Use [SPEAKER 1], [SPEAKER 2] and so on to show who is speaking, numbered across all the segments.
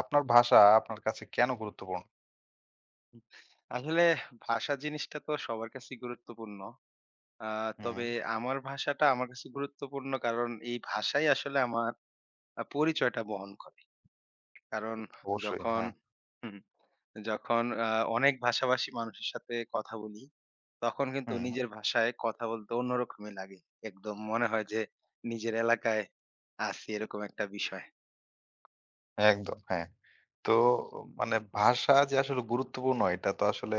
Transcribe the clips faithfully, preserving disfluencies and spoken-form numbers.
[SPEAKER 1] আপনার ভাষা আপনার কাছে কেন গুরুত্বপূর্ণ?
[SPEAKER 2] আসলে ভাষা জিনিসটা তো সবার কাছেই গুরুত্বপূর্ণ। আ
[SPEAKER 1] হুম,
[SPEAKER 2] তবে আমার ভাষাটা আমার কাছে গুরুত্বপূর্ণ, কারণ এই ভাষাই আসলে আমার আ পরিচয়টা বহন করে। কারণ
[SPEAKER 1] অবশ্যই
[SPEAKER 2] যখন
[SPEAKER 1] হ্যাঁ।
[SPEAKER 2] হুম, যখন আ অনেক ভাষাভাষী মানুষের সাথে কথা বলি, তখন কিন্তু
[SPEAKER 1] হুম,
[SPEAKER 2] নিজের ভাষায় কথা বলতে অন্যরকমই লাগে। একদম মনে হয় যে নিজের এলাকায় আছি, এরকম একটা বিষয়।
[SPEAKER 1] একদম হ্যাঁ। তো মানে ভাষা যে আসলে গুরুত্বপূর্ণ এটা তো আসলে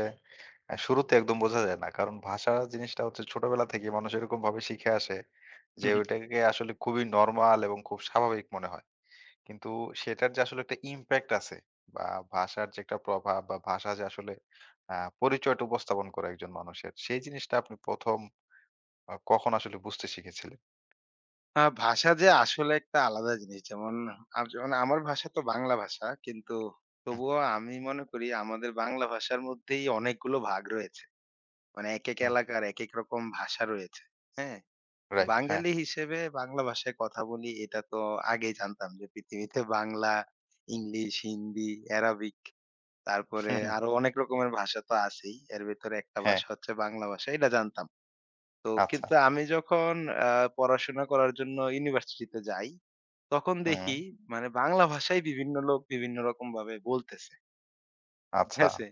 [SPEAKER 1] অ্যা শুরুতে একদম বোঝা যায় না। কারণ ভাষা জিনিসটা হচ্ছে ছোটবেলা থেকে মানুষ এরকমভাবে শিখে আসে যে ওইটাকে আসলে খুবই নরমাল এবং খুব স্বাভাবিক মনে হয়। কিন্তু সেটার যে আসলে একটা ইমপ্যাক্ট আছে বা ভাষার যে একটা প্রভাব বা ভাষা যে আসলে আ পরিচয়টা উপস্থাপন করে একজন মানুষের সেই জিনিসটা আপনি প্রথম আ কখন আসলে বুঝতে শিখেছিলেন?
[SPEAKER 2] আ ভাষা যে আসলে একটা আলাদা জিনিস। যেমন আম যেমন আমার ভাষা তো বাংলা ভাষা। কিন্তু
[SPEAKER 1] হুম,
[SPEAKER 2] তবুও আমি মনে করি আমাদের বাংলা ভাষার মধ্যেই অনেকগুলো ভাগ রয়েছে। মানে একেক
[SPEAKER 1] হুম,
[SPEAKER 2] এলাকার একেক রকম ভাষা রয়েছে। হ্যাঁ?
[SPEAKER 1] রাইট হ্যাঁ।
[SPEAKER 2] বাঙালি হিসেবে বাংলা ভাষায় কথা বলি, এটা তো আগেই জানতাম যে পৃথিবীতে বাংলা, ইংলিশ, হিন্দি, অ্যারাবিক, তারপরে
[SPEAKER 1] হুম, হুম।
[SPEAKER 2] আরো অনেক রকমের ভাষা তো আছেই। এর ভেতরে একটা
[SPEAKER 1] হ্যাঁ,
[SPEAKER 2] ভাষা হচ্ছে বাংলা ভাষা। এটা জানতাম। তো
[SPEAKER 1] আচ্ছা।
[SPEAKER 2] কিন্তু আমি যখন আ পড়াশোনা করার জন্য ইউনিভার্সিটিতে যাই, তখন
[SPEAKER 1] হুম,
[SPEAKER 2] দেখি মানে বাংলা ভাষায় বিভিন্ন লোক বিভিন্ন রকম ভাবে বলতেছে। ঠিক
[SPEAKER 1] আচ্ছা।
[SPEAKER 2] আছে?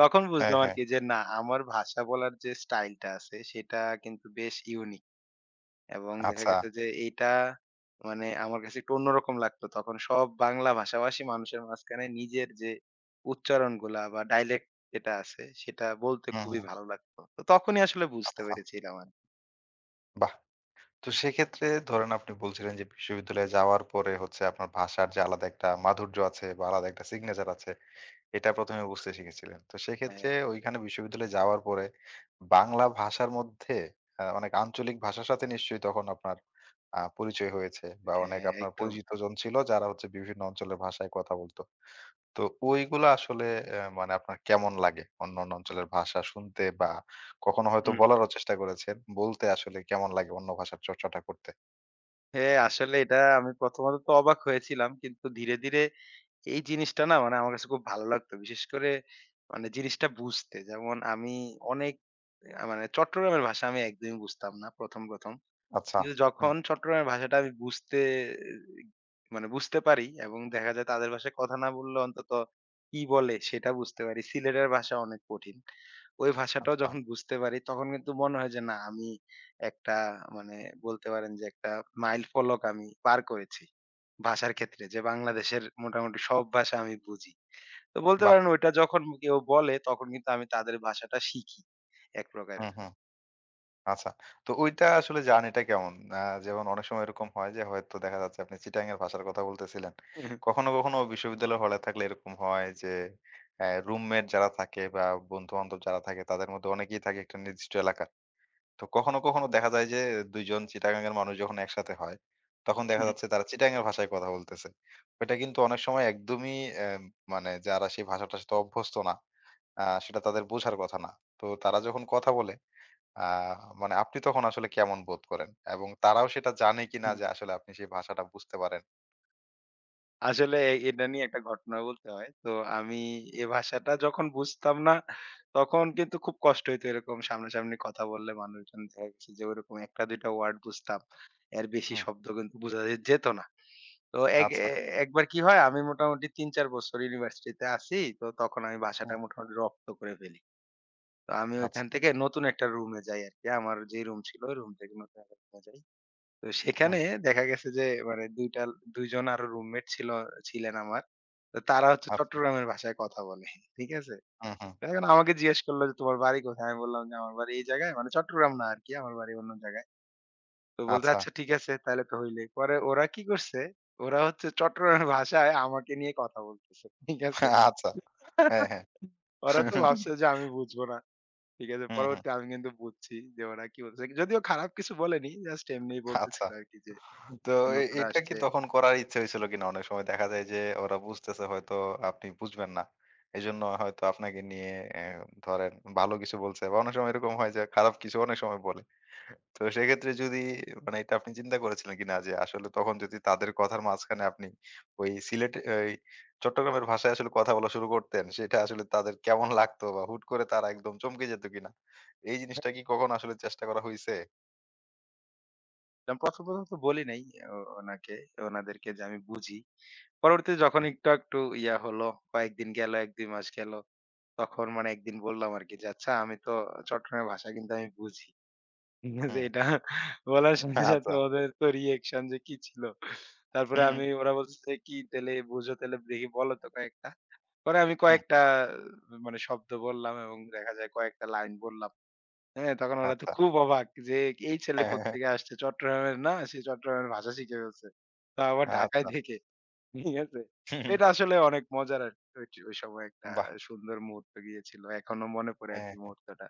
[SPEAKER 2] তখন
[SPEAKER 1] হ্যাঁ,
[SPEAKER 2] বুঝলাম
[SPEAKER 1] হ্যাঁ।
[SPEAKER 2] আরকি যে না, আমার ভাষা বলার যে স্টাইলটা আছে সেটা কিন্তু বেশ ইউনিক। এবং দেখা
[SPEAKER 1] আচ্ছা।
[SPEAKER 2] গেছে যে এইটা মানে আমার কাছে একটু অন্যরকম লাগতো। তখন সব বাংলা ভাষাভাষী মানুষের মাঝখানে নিজের যে উচ্চারণগুলা বা ডায়ালেক্ট যেটা আছে সেটা বলতে
[SPEAKER 1] হুম,
[SPEAKER 2] খুবই
[SPEAKER 1] হুম।
[SPEAKER 2] ভালো লাগতো। তো তখনই আসলে বুঝতে
[SPEAKER 1] আচ্ছা।
[SPEAKER 2] পেরেছিলাম আরকি।
[SPEAKER 1] বাহ! তো সেক্ষেত্রে ধরেন আপনি বলছিলেন যে বিশ্ববিদ্যালয়ে যাওয়ার পরে হচ্ছে আপনার ভাষার যে আলাদা একটা মাধুর্য আছে বা আলাদা একটা সিগনেচার আছে, এটা প্রথম এ বুঝতে শিখেছিলেন। তো
[SPEAKER 2] হ্যাঁ,
[SPEAKER 1] সেক্ষেত্রে ওইখানে বিশ্ববিদ্যালয়ে যাওয়ার পরে বাংলা ভাষার মধ্যে আ অনেক আঞ্চলিক ভাষার সাথে নিশ্চয়ই তখন আপনার আ পরিচয় হয়েছে বা অনেক
[SPEAKER 2] হ্যাঁ
[SPEAKER 1] আপনার
[SPEAKER 2] একদম।
[SPEAKER 1] পরিচিতজন ছিল যারা হচ্ছে বিভিন্ন অঞ্চলের ভাষায় কথা বলত। তো ওইগুলা আসলে অ্যা মানে আপনার কেমন লাগে? অন্যান্য অঞ্চলের ভাষা শুনতে বা কখনো হয়তো
[SPEAKER 2] হুম।
[SPEAKER 1] বলারও চেষ্টা করেছেন। বলতে আসলে কেমন লাগে অন্য ভাষার চর্চাটা করতে?
[SPEAKER 2] হ্যাঁ আসলে এটা আমি প্রথমত তো অবাক হয়েছিলাম। কিন্তু ধীরে, ধীরে এই জিনিসটা, না মানে আমার কাছে খুব ভালো লাগতো। বিশেষ করে মানে জিনিসটা বুঝতে। যেমন আমি অনেক আ মানে চট্টগ্রামের ভাষা আমি একদমই বুঝতাম না ১ম, ১ম।
[SPEAKER 1] আচ্ছা।
[SPEAKER 2] কিন্তু
[SPEAKER 1] হুম,
[SPEAKER 2] যখন চট্টগ্রামের ভাষাটা আমি বুঝতে মানে বুঝতে পারি এবং দেখা যায় তাদের ভাষায় কথা না বললে অন্তত কি বলে সেটা বুঝতে পারি। সিলেটের ভাষা অনেক কঠিন। ওই ভাষাটাও
[SPEAKER 1] আচ্ছা।
[SPEAKER 2] যখন বুঝতে পারি তখন কিন্তু মনে হয় যে না, আমি একটা মানে বলতে পারেন যে একটা মাইল ফলক আমি পার করেছি ভাষার ক্ষেত্রে, যে বাংলাদেশের মোটামুটি সব ভাষা আমি বুঝি। তো বলতে
[SPEAKER 1] বাহ!
[SPEAKER 2] পারেন ওইটা যখন কেউ বলে তখন কিন্তু আমি তাদের ভাষাটা শিখি এক
[SPEAKER 1] হুম,
[SPEAKER 2] প্রকারের।
[SPEAKER 1] হুম। আচ্ছা। তো ওইটা আসলে জার্নিটা কেমন? আ যেমন অনেক সময় এরকম হয় যে হয়তো দেখা যাচ্ছে আপনি চিটাগাং ভাষার কথা বলতেছিলেন। কখনো, কখনো বিশ্ববিদ্যালয়ের হলে থাকলে এরকম হয় যে অ্যা রুমমেট যারা থাকে বা বন্ধু-বান্ধব যারা থাকে তাদের মধ্যে অনেকেই থাকে একটা নির্দিষ্ট এলাকার। তো কখনো, কখনো দেখা যায় যে দুই জন চিটাগাং এর মানুষ যখন একসাথে হয়, তখন দেখা যাচ্ছে তারা চিটাগাং এর ভাষায় কথা বলতেছে। ওইটা কিন্তু অনেক সময় একদমই অ্যা মানে যারা সেই ভাষাটার সাথে অভ্যস্ত না, আ সেটা তাদের বোঝার কথা না। তো তারা যখন কথা বলে, আ মানে আপনি তখন আসলে কেমন বোধ করেন? এবং তারাও সেটা জানে কিনা যে আসলে আপনি সেই ভাষাটা বুঝতে পারেন?
[SPEAKER 2] আসলে এ এটা নিয়ে একটা ঘটনা বলতে হয়। তো আমি এ ভাষাটা যখন বুঝতাম না, তখন কিন্তু খুব কষ্ট হইতো। এরকম সামনাসামনি কথা বললে মানুষজন, দেখা গেছে যে ওরকম এক টা দুই টা ওয়ার্ড বুঝতাম। এর বেশি
[SPEAKER 1] হুম,
[SPEAKER 2] শব্দ কিন্তু বোঝা যে যেত না। তো এক
[SPEAKER 1] আচ্ছা,
[SPEAKER 2] এ একবার কি হয়, আমি মোটামুটি তিন চার বছর ইউনিভার্সিটিতে আছি। তো তখন আমি ভাষাটা
[SPEAKER 1] হুম,
[SPEAKER 2] মোটামুটি রপ্ত করে ফেলি। তো আমি
[SPEAKER 1] আচ্ছা,
[SPEAKER 2] ওইখান থেকে নতুন একটা রুমে যাই আরকি। আমার যে রুম ছিল ওই রুম থেকে নতুন একটা রুমে যাই। তো
[SPEAKER 1] হুম,
[SPEAKER 2] সেখানে দেখা গেছে যে মানে দুই টা দুই জন আরো রুমমেট ছিল ছিলেন আমার। তো তারা হচ্ছে
[SPEAKER 1] আচ্ছা,
[SPEAKER 2] চট্টগ্রামের ভাষায় কথা বলে। ঠিক আছে?
[SPEAKER 1] হুম, হুম,
[SPEAKER 2] তো এখন আমাকে জিজ্ঞেস করল যে, "তোমার বাড়ি কোথায়?" আমি বললাম যে, "আমার বাড়ি এই জায়গায়।" মানে চট্টগ্রাম না আরকি, আমার বাড়ি অন্য জায়গায়। তো বলছে,
[SPEAKER 1] আচ্ছা,
[SPEAKER 2] "আচ্ছা ঠিক আছে, তাহলে তো হইলোই।" পরে ওরা কি করছে? ওরা হচ্ছে চট্টগ্রামের ভাষায় আমাকে নিয়ে কথা বলতেছে। ঠিক আছে?
[SPEAKER 1] আচ্ছা, হ্যাঁ, হ্যাঁ,
[SPEAKER 2] ওরা তো ভাবছে যে আমি বুঝবো না। ঠিক আছে?
[SPEAKER 1] হুম, হুম,
[SPEAKER 2] পরবর্তী আমি কিন্তু বুঝছি যে ওরা কি বলছে। যদিও খারাপ কিছু বলেনি, জাস্ট এমনিই
[SPEAKER 1] আচ্ছা।
[SPEAKER 2] বলতেছিল আরকি যে,
[SPEAKER 1] তো এ
[SPEAKER 2] "নতুন
[SPEAKER 1] এটা কি
[SPEAKER 2] আসছে।"
[SPEAKER 1] তখন করার ইচ্ছে হয়েছিল কিনা? অনেক সময় দেখা যায় যে ওরা বুঝতেছে হয়তো আপনি বুঝবেন না। এজন্য হয়তো আপনাকে নিয়ে অ্যা ধরেন ভালো কিছু বলছে বা অনেক সময় এরকম হয় যে খারাপ কিছু অনেক সময় বলে। তো সেক্ষেত্রে যদি মানে এটা আপনি চিন্তা করেছিলেন কিনা যে আসলে তখন যদি তাদের কথার মাঝখানে আপনি ওই সিলেট এই চট্টগ্রামের ভাষায় আসলে কথা বলা শুরু করতেন সেটা আসলে তাদের কেমন লাগতো বা হুট করে তারা একদম চমকে যেত কিনা? এই জিনিসটা কি কখনো আসলে চেষ্টা করা হইছে?
[SPEAKER 2] যেমন ১ম, ১ম তো বলি নাই ও ওনাকে ওনাদেরকে যে আমি বুঝি। পরবর্তীতে যখন একটু একটু ইয়া হলো, কয়েকদিন গেল এক দুই মাস গেল। তখন মানে একদিন বললাম আরকি যে, "আচ্ছা আমি তো চট্টগ্রামের ভাষা কিন্তু আমি বুঝি।" ঠিক আছে?
[SPEAKER 1] হুম,
[SPEAKER 2] এটা বলার সাথে, সাথে
[SPEAKER 1] আচ্ছা।
[SPEAKER 2] ওদের তো রিঅ্যাকশন যে কি ছিল। তারপরে
[SPEAKER 1] হুম,
[SPEAKER 2] আমি, ওরা বলছে যে, কি তাইলে বুঝো, তাইলে দেখি বলো তো কয়েকটা। পরে আমি
[SPEAKER 1] হুম,
[SPEAKER 2] কয়েকটা মানে শব্দ বললাম এবং দেখা যায় কয়েকটা লাইন বললাম। হ্যাঁ, তখন ওরা তো
[SPEAKER 1] আচ্ছা।
[SPEAKER 2] খুব অবাক যে এই ছেলে
[SPEAKER 1] হ্যাঁ, হ্যাঁ, হ্যাঁ।
[SPEAKER 2] কোত্থেকে আসছে? চট্টগ্রামের না, সে চট্টগ্রামের ভাষা শিখে ফেলছে। তাও আবার ঢাকায়
[SPEAKER 1] আচ্ছা।
[SPEAKER 2] থেকে। ঠিক আছে? তো
[SPEAKER 1] হুম,
[SPEAKER 2] এটা আসলে অনেক মজার আরকি। ওই চ ওই সময় একটা
[SPEAKER 1] হুম, বাহ!
[SPEAKER 2] সুন্দর মুহূর্ত গিয়েছিল। এখনো মনে পড়ে
[SPEAKER 1] হ্যাঁ,
[SPEAKER 2] আরকি মুহূর্তটা।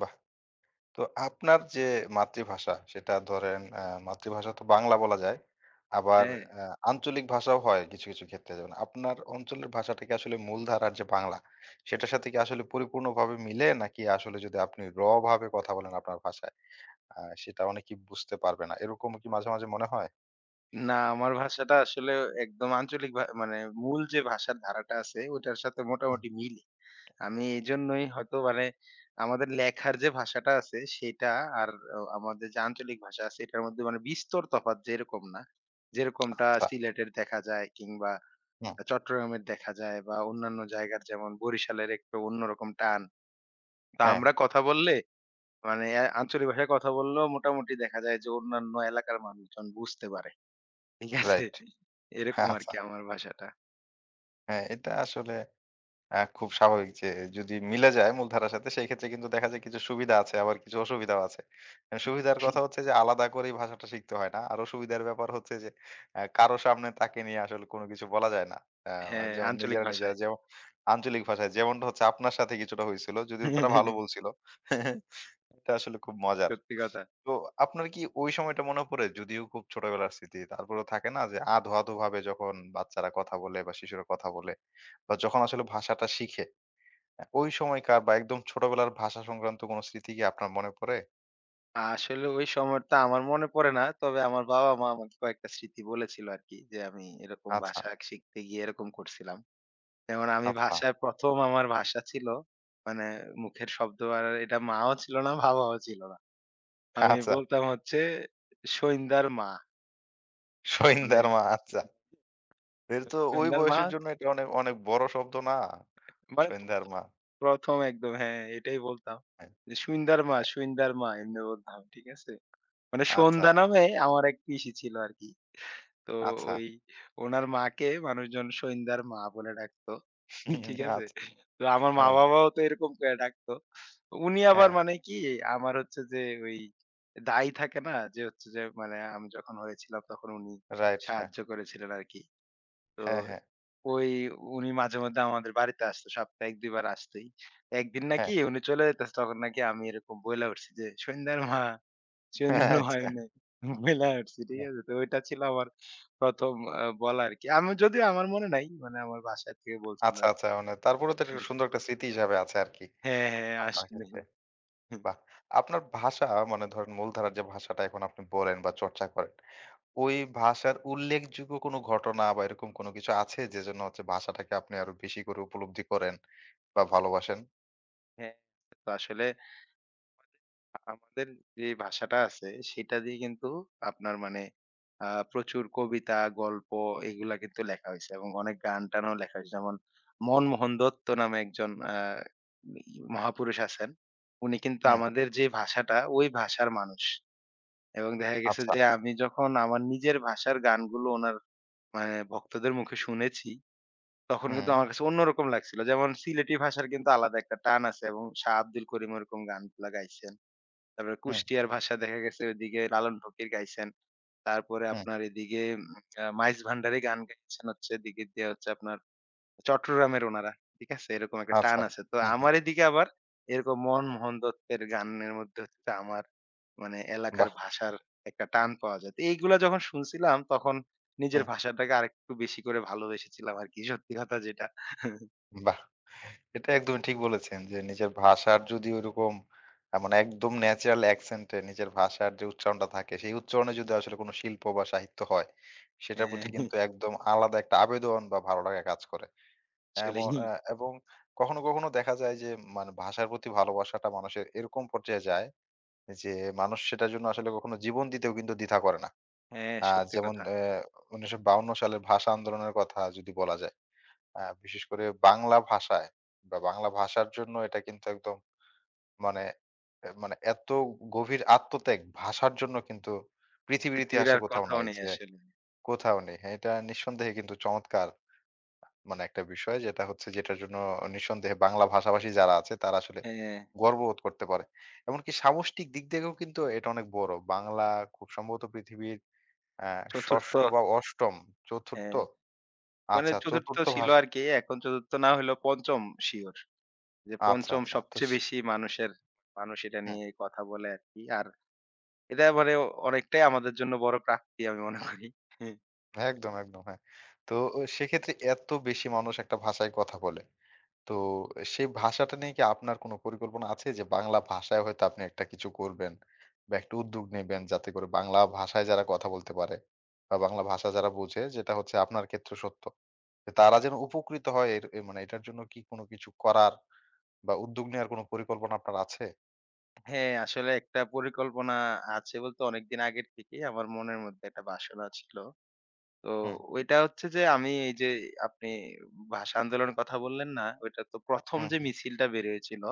[SPEAKER 1] বাহ! তো আপনার যে মাতৃভাষা সেটা ধরেন আ মাতৃভাষা তো বাংলা বলা যায়। আবার
[SPEAKER 2] হ্যাঁ?
[SPEAKER 1] আ আঞ্চলিক ভাষাও হয় কিছু, কিছু ক্ষেত্রে। যেমন আপনার অঞ্চলের ভাষাটা কি আসলে মূলধারার যে বাংলা সেটার সাথে কি আসলে পরিপূর্ণভাবে মিলে? নাকি আসলে যদি আপনি র ভাবে কথা বলেন আপনার ভাষায় আ সেটা অনেকেই বুঝতে পারবে না। এরকম কি মাঝে, মাঝে মনে হয়?
[SPEAKER 2] না, আমার ভাষাটা আসলে একদম আঞ্চলিক ভা মানে মূল যে ভাষার ধারাটা আছে ওইটার সাথে
[SPEAKER 1] হুম,
[SPEAKER 2] মোটামুটি মিলে। আমি এইজন্যই হয়তো মানে আমাদের লেখার যে ভাষাটা আছে সেটা আর অ আমাদের যে আঞ্চলিক ভাষা আছে এটার মধ্যে মানে বিস্তর তফাৎ যেরকম না। যেরকমটা
[SPEAKER 1] আচ্ছা।
[SPEAKER 2] সিলেটের দেখা যায় কিংবা
[SPEAKER 1] হুম,
[SPEAKER 2] আ চট্টগ্রামের দেখা যায় বা অন্যান্য জায়গার যেমন বরিশালের একটু অন্যরকম টান। তো
[SPEAKER 1] হ্যাঁ,
[SPEAKER 2] আমরা কথা বললে মানে অ্যা আঞ্চলিক ভাষায় কথা বললেও মোটামুটি দেখা যায় যে অন্যান্য এলাকার মানুষজন বুঝতে পারে। ঠিক আছে?
[SPEAKER 1] রাইট।
[SPEAKER 2] এরকম
[SPEAKER 1] হ্যাঁ, আচ্ছা।
[SPEAKER 2] আরকি আমার ভাষাটা।
[SPEAKER 1] হ্যাঁ, এটা আসলে আ খুব স্বাভাবিক যে যদি মিলে যায় মূলধারার সাথে সেই ক্ষেত্রে কিন্তু দেখা যায় কিছু সুবিধা আছে আবার কিছু অসুবিধাও আছে। আ সুবিধার কথা হচ্ছে যে আলাদা করেই ভাষাটা শিখতে হয় না। আর অসুবিধার ব্যাপার হচ্ছে যে আ কারো সামনে তাকে নিয়ে আসলে কোনো কিছু বলা যায় না। আ
[SPEAKER 2] হ্যাঁ,
[SPEAKER 1] যেমন
[SPEAKER 2] আঞ্চলিক
[SPEAKER 1] নিজেরা, নিজেরা
[SPEAKER 2] ভাষায়।
[SPEAKER 1] যেমন আঞ্চলিক ভাষায় যেমনটা হচ্ছে আপনার সাথে কিছুটা হয়েছিল। যদিও তারা ভালো বলছিল। এটা আসলে খুব মজার।
[SPEAKER 2] সত্যি কথা।
[SPEAKER 1] তো আপনার কি ওই সময়টা মনে পড়ে? যদিও খুব ছোটবেলার স্মৃতি। তারপরেও থাকে না যে আধো, আধো ভাবে যখন বাচ্চারা কথা বলে বা শিশুরা কথা বলে বা যখন আসলে ভাষাটা শিখে হ্যাঁ, ওই সময়কার বা একদম ছোটবেলার ভাষা সংক্রান্ত কোন স্মৃতি কি আপনার মনে পড়ে?
[SPEAKER 2] আসলে ওই সময়টা আমার মনে পড়ে না। তবে আমার বাবা-মা আমাকে কয়েকটা স্মৃতি বলেছিল আরকি যে, আমি এরকম
[SPEAKER 1] আচ্ছা,
[SPEAKER 2] ভাষা শিখতে গিয়ে এরকম করছিলাম। যেমন আমি
[SPEAKER 1] আচ্ছা,
[SPEAKER 2] ভাষায় ১ম আমার ভাষা ছিল মানে মুখের শব্দ, আর এটা মাও ছিল না, বাবাও ছিল না। আমি
[SPEAKER 1] আচ্ছা।
[SPEAKER 2] বলতাম হচ্ছে সইন্দার মা। মানে
[SPEAKER 1] সইন্ধ্যার মা আচ্ছা। এর তো ওই
[SPEAKER 2] সইন্দার মা
[SPEAKER 1] বয়সের জন্য এটা অনেক অনেক বড় শব্দ না?
[SPEAKER 2] মানে ১ম,
[SPEAKER 1] সইন্ধ্যার মা।
[SPEAKER 2] ১ম একদম, হ্যাঁ, এটাই বলতাম।
[SPEAKER 1] হ্যাঁ,
[SPEAKER 2] যে সুইন্দার মা,
[SPEAKER 1] হ্যাঁ।
[SPEAKER 2] সুইন্দার মা এমনি বলতাম। ঠিক আছে? মানে
[SPEAKER 1] আচ্ছা,
[SPEAKER 2] সন্ধ্যা নামে আমার এক পিসি ছিল আরকি। তো
[SPEAKER 1] আচ্ছা।
[SPEAKER 2] ওই ওনার মাকে মানুষজন সৈন্দার মা বলে ডাকতো।
[SPEAKER 1] হুম,
[SPEAKER 2] ঠিক আছে?
[SPEAKER 1] আচ্ছা।
[SPEAKER 2] তো আমার
[SPEAKER 1] হ্যাঁ,
[SPEAKER 2] মা-বাবাও তো এরকম করে ডাকতো। উনি আবার
[SPEAKER 1] হ্যাঁ।
[SPEAKER 2] মানে কি, আমার হচ্ছে যে ওই দাই থাকে না? যে হচ্ছে যে মানে আমি যখন হয়েছিলাম তখন উনি
[SPEAKER 1] রাইট। হ্যাঁ।
[SPEAKER 2] সাহায্য করেছিলেন আরকি। তো
[SPEAKER 1] হ্যাঁ, হ্যাঁ,
[SPEAKER 2] ওই উনি মাঝে মধ্যে আমাদের বাড়িতে আসতো। সপ্তাহে এক দুই বার আসতোই। একদিন
[SPEAKER 1] হ্যাঁ।
[SPEAKER 2] নাকি উনি চলে যাইতেছে, তখন নাকি আমি এরকম বইলা উঠছি যে, "সৈন্দার মা।"
[SPEAKER 1] হ্যাঁ,
[SPEAKER 2] সুন্দর হয়
[SPEAKER 1] আচ্ছা।
[SPEAKER 2] নাই। বইলা উঠছি, ঠিক
[SPEAKER 1] হ্যাঁ,
[SPEAKER 2] আছে? তো ওইটা ছিল আমার ১ম আ বলা আরকি। আমি যদিও আমার মনে নাই, মানে আমার বাসা থেকে বলছিল
[SPEAKER 1] আচ্ছা,
[SPEAKER 2] আরকি।
[SPEAKER 1] আচ্ছা। মানে তারপরেও তো একটা সুন্দর একটা স্মৃতি হিসাবে আছে আরকি
[SPEAKER 2] হ্যাঁ, হ্যাঁ,
[SPEAKER 1] আপনার
[SPEAKER 2] আসলেই।
[SPEAKER 1] ক্ষেত্রে। বাহ! আপনার ভাষা মানে ধরেন মূলধারার যে ভাষাটা এখন আপনি বলেন বা চর্চা করেন ওই ভাষার উল্লেখযোগ্য কোনো ঘটনা বা এরকম কোনো কিছু আছে যেজন্য হচ্ছে ভাষাটাকে আপনি আরো বেশি করে উপলব্ধি করেন বা ভালোবাসেন?
[SPEAKER 2] হ্যাঁ, তো আসলে আমাদের যে ভাষাটা আছে, সেটা দিয়ে কিন্তু আপনার মানে আ প্রচুর কবিতা, গল্প এগুলা কিন্তু লেখা হইছে, এবং অনেক গান-টানও লেখা হইছে। যেমন মনমোহন দত্ত নামে একজন আ ই মহাপুরুষ আছেন। উনি কিন্তু
[SPEAKER 1] হুম,
[SPEAKER 2] আমাদের যে ভাষাটা, ওই ভাষার মানুষ। এবং দেখা গেছে
[SPEAKER 1] আচ্ছা।
[SPEAKER 2] যে আমি যখন আমার নিজের ভাষার গানগুলো ওনার মানে ভক্তদের মুখে শুনেছি, তখন কিন্তু
[SPEAKER 1] হুম,
[SPEAKER 2] আমার কাছে অন্যরকম লাগছিল। যেমন সিলেটি ভাষার কিন্তু আলাদা একটা টান আছে এবং শাহ আব্দুল করিম ওরকম গানগুলা গাইছেন। তারপরে
[SPEAKER 1] হুম,
[SPEAKER 2] কুষ্টিয়ার ভাষা, দেখা গেছে ওইদিকে লালন ফকির গাইছেন। তারপরে
[SPEAKER 1] হুম,
[SPEAKER 2] আপনার এদিকে উম আ মাইজ ভান্ডারি গান গাইছেন, হচ্ছে এদিকে দিয়ে হচ্ছে আপনার চট্টগ্রামের উনারা। ঠিক আছে? এরকম একটা টান
[SPEAKER 1] আচ্ছা।
[SPEAKER 2] আছে। তো
[SPEAKER 1] হুম, হুম।
[SPEAKER 2] আমার এদিকে আবার এরকম মনমোহন দত্তের গানের মধ্যে হচ্ছে আমার মানে এলাকার
[SPEAKER 1] বাহ!
[SPEAKER 2] ভাষার একটা টান পাওয়া যায়। তো এইগুলা যখন শুনছিলাম তখন নিজের
[SPEAKER 1] হুম,
[SPEAKER 2] ভাষাটাকে আরেকটু বেশি করে ভালোবেসেছিলাম আরকি। সত্যি কথা যেটা।
[SPEAKER 1] বাহ! এটা একদমই ঠিক বলেছেন যে নিজের ভাষার যদি ওইরকম আ মানে একদম ন্যাচারাল অ্যাকসেন্ট এ নিজের ভাষার যে উচ্চারণটা থাকে সেই উচ্চারণে যদি আসলে কোনো শিল্প বা সাহিত্য হয়, সেটার
[SPEAKER 2] হ্যাঁ,
[SPEAKER 1] প্রতি কিন্তু একদম আলাদা একটা আবেদন বা ভালো লাগা কাজ করে। এমন
[SPEAKER 2] আসলেই।
[SPEAKER 1] আ এবং কখনো, কখনো দেখা যায় যে মানে ভাষার প্রতি ভালোবাসাটা মানুষের এরকম পর্যায়ে যায় যে মানুষ সেটার জন্য আসলে কখনো জীবন দিতেও কিন্তু দ্বিধা করে না।
[SPEAKER 2] হ্যাঁ,
[SPEAKER 1] আ
[SPEAKER 2] সত্যি
[SPEAKER 1] যেমন
[SPEAKER 2] কথা।
[SPEAKER 1] অ্যা উনিশশো বায়ান্ন সালের ভাষা আন্দোলনের কথা যদি বলা যায়। আ বিশেষ করে বাংলা ভাষায় বা বাংলা ভাষার জন্য এটা কিন্তু একদম মানে অ্যা মানে এত গভীর আত্মত্যাগ ভাষার জন্য কিন্তু পৃথিবীর
[SPEAKER 2] পৃথিবীর
[SPEAKER 1] ইতিহাসে
[SPEAKER 2] আর
[SPEAKER 1] কোথাও
[SPEAKER 2] কোথাও
[SPEAKER 1] নাই
[SPEAKER 2] নেই
[SPEAKER 1] যে
[SPEAKER 2] আসলে।
[SPEAKER 1] কোথাও নেই। হ্যাঁ, এটা নিঃসন্দেহে কিন্তু চমৎকার মানে একটা বিষয় যেটা হচ্ছে যেটার জন্য নিঃসন্দেহে বাংলা ভাষাভাষী যারা আছে তারা আসলে
[SPEAKER 2] হ্যাঁ,
[SPEAKER 1] গর্ববোধ করতে পারে। এমনকি সামষ্টিক দিক থেকেও কিন্তু এটা অনেক বড়। বাংলা খুব সম্ভবত পৃথিবীর আ ষষ্ঠ
[SPEAKER 2] ৪র্থ।
[SPEAKER 1] বা অষ্টম চতুর্থ
[SPEAKER 2] হ্যাঁ, মানে
[SPEAKER 1] আচ্ছা
[SPEAKER 2] ৪র্থ
[SPEAKER 1] চতুর্থ
[SPEAKER 2] ছিল
[SPEAKER 1] ভাষা
[SPEAKER 2] আরকি। এখন ৪র্থ না হইলেও ৫ম, সিউর। যে ৫ম
[SPEAKER 1] আচ্ছা, আচ্ছা। তো
[SPEAKER 2] সবচেয়ে
[SPEAKER 1] সে
[SPEAKER 2] বেশি মানুষের, মানুষ এটা
[SPEAKER 1] হুম,
[SPEAKER 2] নিয়ে কথা বলে আরকি। আর এটা মানে অনেকটাই আমাদের জন্য বড় প্রাপ্তি আমি মনে করি।
[SPEAKER 1] একদম, একদম হ্যাঁ। তো সেক্ষেত্রে এত বেশি মানুষ একটা ভাষায় কথা বলে। তো সেই ভাষাটা নিয়ে কি আপনার কোনো পরিকল্পনা আছে যে বাংলা ভাষায় হয়তো আপনি একটা কিছু করবেন বা একটা উদ্যোগ নেবেন যাতে করে বাংলা ভাষায় যারা কথা বলতে পারে বা বাংলা ভাষা যারা বোঝে যেটা হচ্ছে আপনার ক্ষেত্রে সত্য যে তারা যেন উপকৃত হয় এর এ মানে এটার জন্য কি কোনো কিছু করার বা উদ্যোগ নেওয়ার কোনো পরিকল্পনা আপনার আছে?
[SPEAKER 2] হ্যাঁ, আসলে একটা পরিকল্পনা আছে বলতে, অনেকদিন আগের থেকেই আমার মনের মধ্যে একটা বাসনা ছিল। তো
[SPEAKER 1] হুম,
[SPEAKER 2] ওইটা হচ্ছে যে আমি এই যে, আপনি ভাষা আন্দোলনের কথা বললেন না? ওইটা তো ১ম
[SPEAKER 1] হুম,
[SPEAKER 2] যে
[SPEAKER 1] হুম।
[SPEAKER 2] মিছিলটা বের হয়েছিল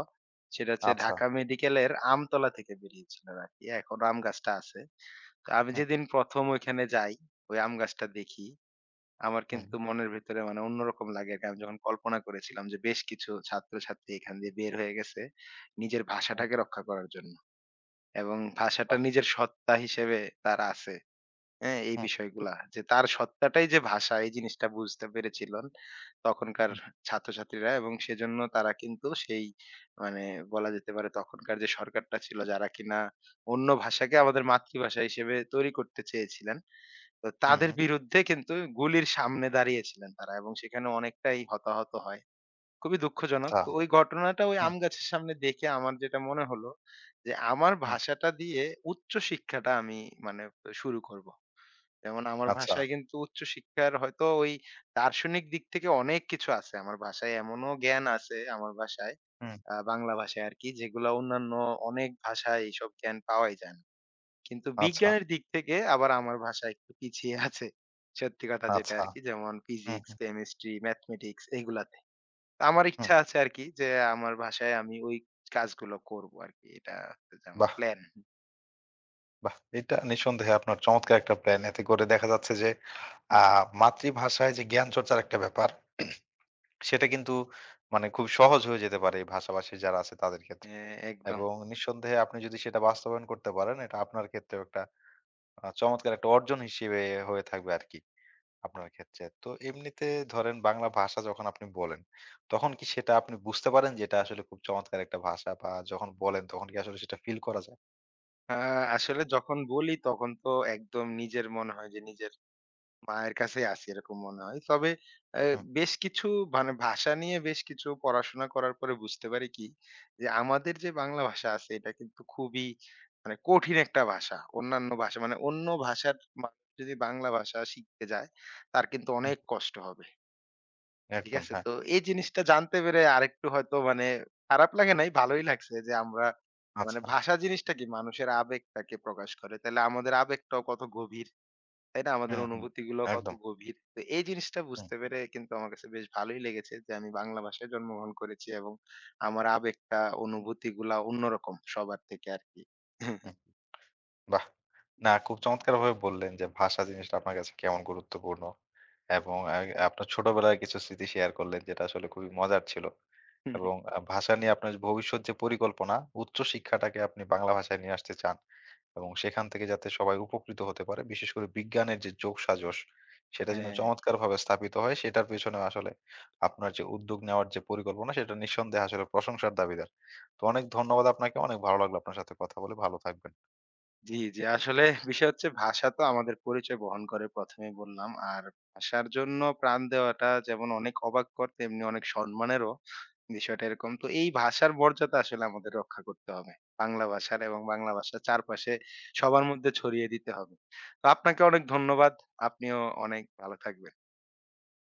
[SPEAKER 2] সেটা হচ্ছে
[SPEAKER 1] আচ্ছা।
[SPEAKER 2] ঢাকা মেডিকেলের আমতলা থেকে বেরিয়েছিল আরকি। এখনো আম গাছটা আছে। তো আমি
[SPEAKER 1] হুম,
[SPEAKER 2] যেদিন ১ম ওইখানে যাই, ওই আম গাছটা দেখি, আমার
[SPEAKER 1] হুম,
[SPEAKER 2] কিন্তু মনের ভেতরে মানে অন্যরকম লাগে আরকি। আমি যখন কল্পনা করেছিলাম যে বেশ কিছু ছাত্রছাত্রী এখান দিয়ে বের হয়ে গেছে নিজের
[SPEAKER 1] হুম,
[SPEAKER 2] ভাষাটাকে রক্ষা করার জন্য। এবং ভাষাটা
[SPEAKER 1] বাহ!
[SPEAKER 2] নিজের সত্তা হিসেবে তার আছে। হ্যাঁ? এই
[SPEAKER 1] হুম,
[SPEAKER 2] বিষয়গুলা। যে তার সত্তাটাই যে ভাষা, এই জিনিসটা বুঝতে পেরেছিলেন তখনকার
[SPEAKER 1] হুম,
[SPEAKER 2] ছাত্রছাত্রীরা, এবং সেজন্য তারা কিন্তু সেই মানে, বলা যেতে পারে তখনকার যে সরকারটা ছিল যারা কিনা অন্য ভাষাকে আমাদের মাতৃভাষা হিসেবে তৈরি করতে চেয়েছিলেন, তো
[SPEAKER 1] হুম,
[SPEAKER 2] তাদের বিরুদ্ধে কিন্তু গুলির সামনে দাঁড়িয়েছিলেন তারা এবং সেখানে অনেকটাই হতাহত হয়। খুবই দুঃখজনক।
[SPEAKER 1] আচ্ছা।
[SPEAKER 2] ওই ঘটনাটা ওই
[SPEAKER 1] হুম,
[SPEAKER 2] আম গাছের সামনে দেখে আমার যেটা মনে হলো যে, আমার
[SPEAKER 1] হুম,
[SPEAKER 2] ভাষাটা দিয়ে উচ্চ শিক্ষাটা আমি মানে শুরু করব। যেমন আমার
[SPEAKER 1] আচ্ছা।
[SPEAKER 2] ভাষায় কিন্তু উচ্চ শিক্ষার হয়তো ওই দার্শনিক দিক থেকে অনেক কিছু আছে। আমার ভাষায় এমনও জ্ঞান আছে, আমার ভাষায়,
[SPEAKER 1] হুম,
[SPEAKER 2] আ বাংলা ভাষায় আরকি, যেগুলা অন্যান্য অনেক ভাষায় এইসব জ্ঞান পাওয়াই যায় না। কিন্তু
[SPEAKER 1] আচ্ছা,
[SPEAKER 2] বিজ্ঞানের দিক থেকে আবার আমার ভাষা একটু পিছিয়ে আছে। সত্যি কথা যেটা
[SPEAKER 1] আচ্ছা।
[SPEAKER 2] আরকি, যেমন
[SPEAKER 1] হুম,
[SPEAKER 2] ফিজিক্স,
[SPEAKER 1] হুম,
[SPEAKER 2] কেমিস্ট্রি, ম্যাথমেটিক্স এগুলাতে। তো আমার
[SPEAKER 1] হুম,
[SPEAKER 2] ইচ্ছা আছে আরকি যে আমার ভাষায় আমি ওই কাজগুলো করব আরকি। এটা হচ্ছে যে আমার
[SPEAKER 1] বাহ!
[SPEAKER 2] প্ল্যান।
[SPEAKER 1] বাহ! এটা নিঃসন্দেহে আপনার চমৎকার একটা প্ল্যান। এতে করে দেখা যাচ্ছে যে আ মাতৃভাষায় যে জ্ঞান চর্চার একটা ব্যাপার, সেটা কিন্তু মানে খুব সহজ হয়ে যেতে পারে এই ভাষাভাষী যারা আছে তাদের ক্ষেত্রে।
[SPEAKER 2] হ্যাঁ, একদম।
[SPEAKER 1] এবং নিঃসন্দেহে আপনি যদি সেটা বাস্তবায়ন করতে পারেন, এটা আপনার ক্ষেত্রেও একটা আ চমৎকার একটা অর্জন হিসেবে হয়ে থাকবে আরকি আপনার ক্ষেত্রে। তো এমনিতে ধরেন বাংলা ভাষা যখন আপনি বলেন, তখন কি সেটা আপনি বুঝতে পারেন যে এটা আসলে খুব চমৎকার একটা ভাষা বা যখন বলেন তখন কি আসলে সেটা ফিল করা যায়?
[SPEAKER 2] আ আসলে যখন বলি তখন তো একদম নিজের মনে হয় যে নিজের মায়ের কাছেই আছি, এরকম মনে হয়। তবে অ্যা
[SPEAKER 1] হুম,
[SPEAKER 2] বেশ কিছু মানে ভাষা নিয়ে বেশ কিছু পড়াশোনা করার পরে বুঝতে পারি কি, যে আমাদের যে বাংলা ভাষা আছে এটা কিন্তু খুবই মানে কঠিন একটা ভাষা। অন্যান্য ভাষা মানে অন্য ভাষার মানুষ যদি বাংলা ভাষা শিখতে যায়, তার কিন্তু
[SPEAKER 1] হুম,
[SPEAKER 2] অনেক কষ্ট হবে। ঠিক
[SPEAKER 1] একদম
[SPEAKER 2] আছে?
[SPEAKER 1] হ্যাঁ।
[SPEAKER 2] তো এই জিনিসটা জানতে পেরে আরেকটু হয়তো মানে, খারাপ লাগে নাই, ভালোই লাগছে যে আমরা মানে,
[SPEAKER 1] আচ্ছা।
[SPEAKER 2] ভাষা জিনিসটা কি মানুষের আবেগটাকে প্রকাশ করে। তাইলে আমাদের আবেগটাও কত গভীর। তাই না? আমাদের
[SPEAKER 1] হুম, হুম।
[SPEAKER 2] অনুভূতিগুলো কত
[SPEAKER 1] একদম।
[SPEAKER 2] গভীর। তো এই জিনিসটা
[SPEAKER 1] হুম,
[SPEAKER 2] বুঝতে পেরে কিন্তু আমার কাছে বেশ ভালোই লেগেছে যে আমি বাংলা ভাষায় জন্মগ্রহণ করেছি এবং আমার আবেগটা, অনুভূতিগুলা অন্যরকম সবার থেকে আরকি।
[SPEAKER 1] হুম, বাহ! না খুব চমৎকারভাবে বললেন যে ভাষা জিনিসটা আপনার কাছে কেমন গুরুত্বপূর্ণ এবং আ আপনার ছোটবেলার কিছু স্মৃতি শেয়ার করলেন যেটা আসলে খুবই মজার ছিল এবং আ ভাষা নিয়ে আপনার ভবিষ্যৎ যে পরিকল্পনা উচ্চ শিক্ষাটাকে আপনি বাংলা ভাষায় নিয়ে আসতে চান এবং সেখান থেকে যাতে সবাই উপকৃত হতে পারে বিশেষ করে বিজ্ঞানের যে যোগসাজশ সেটা যেন
[SPEAKER 2] হ্যাঁ।
[SPEAKER 1] চমৎকারভাবে স্থাপিত হয় সেটার পেছনে আসলে আপনার যে উদ্যোগ নেওয়ার যে পরিকল্পনা সেটা নিঃসন্দেহে আসলে প্রশংসার দাবিদার। তো অনেক ধন্যবাদ আপনাকে। অনেক ভালো লাগলো আপনার সাথে কথা বলে। ভালো থাকবেন।
[SPEAKER 2] জি, জি। আসলে বিষয় হচ্ছে ভাষা তো আমাদের পরিচয় বহন করে, ১ম এই বললাম। আর ভাষার জন্য প্রাণ দেওয়াটা যেমন অনেক অবাককর, তেমনি অনেক সম্মানেরও। বিষয়টা এরকম। তো এই ভাষার মর্যাদা আসলে আমাদের রক্ষা করতে হবে। বাংলা ভাষার, এবং বাংলা ভাষার চারপাশে সবার মধ্যে ছড়িয়ে দিতে হবে। তো আপনাকে অনেক ধন্যবাদ। আপনিও অনেক ভালো থাকবেন।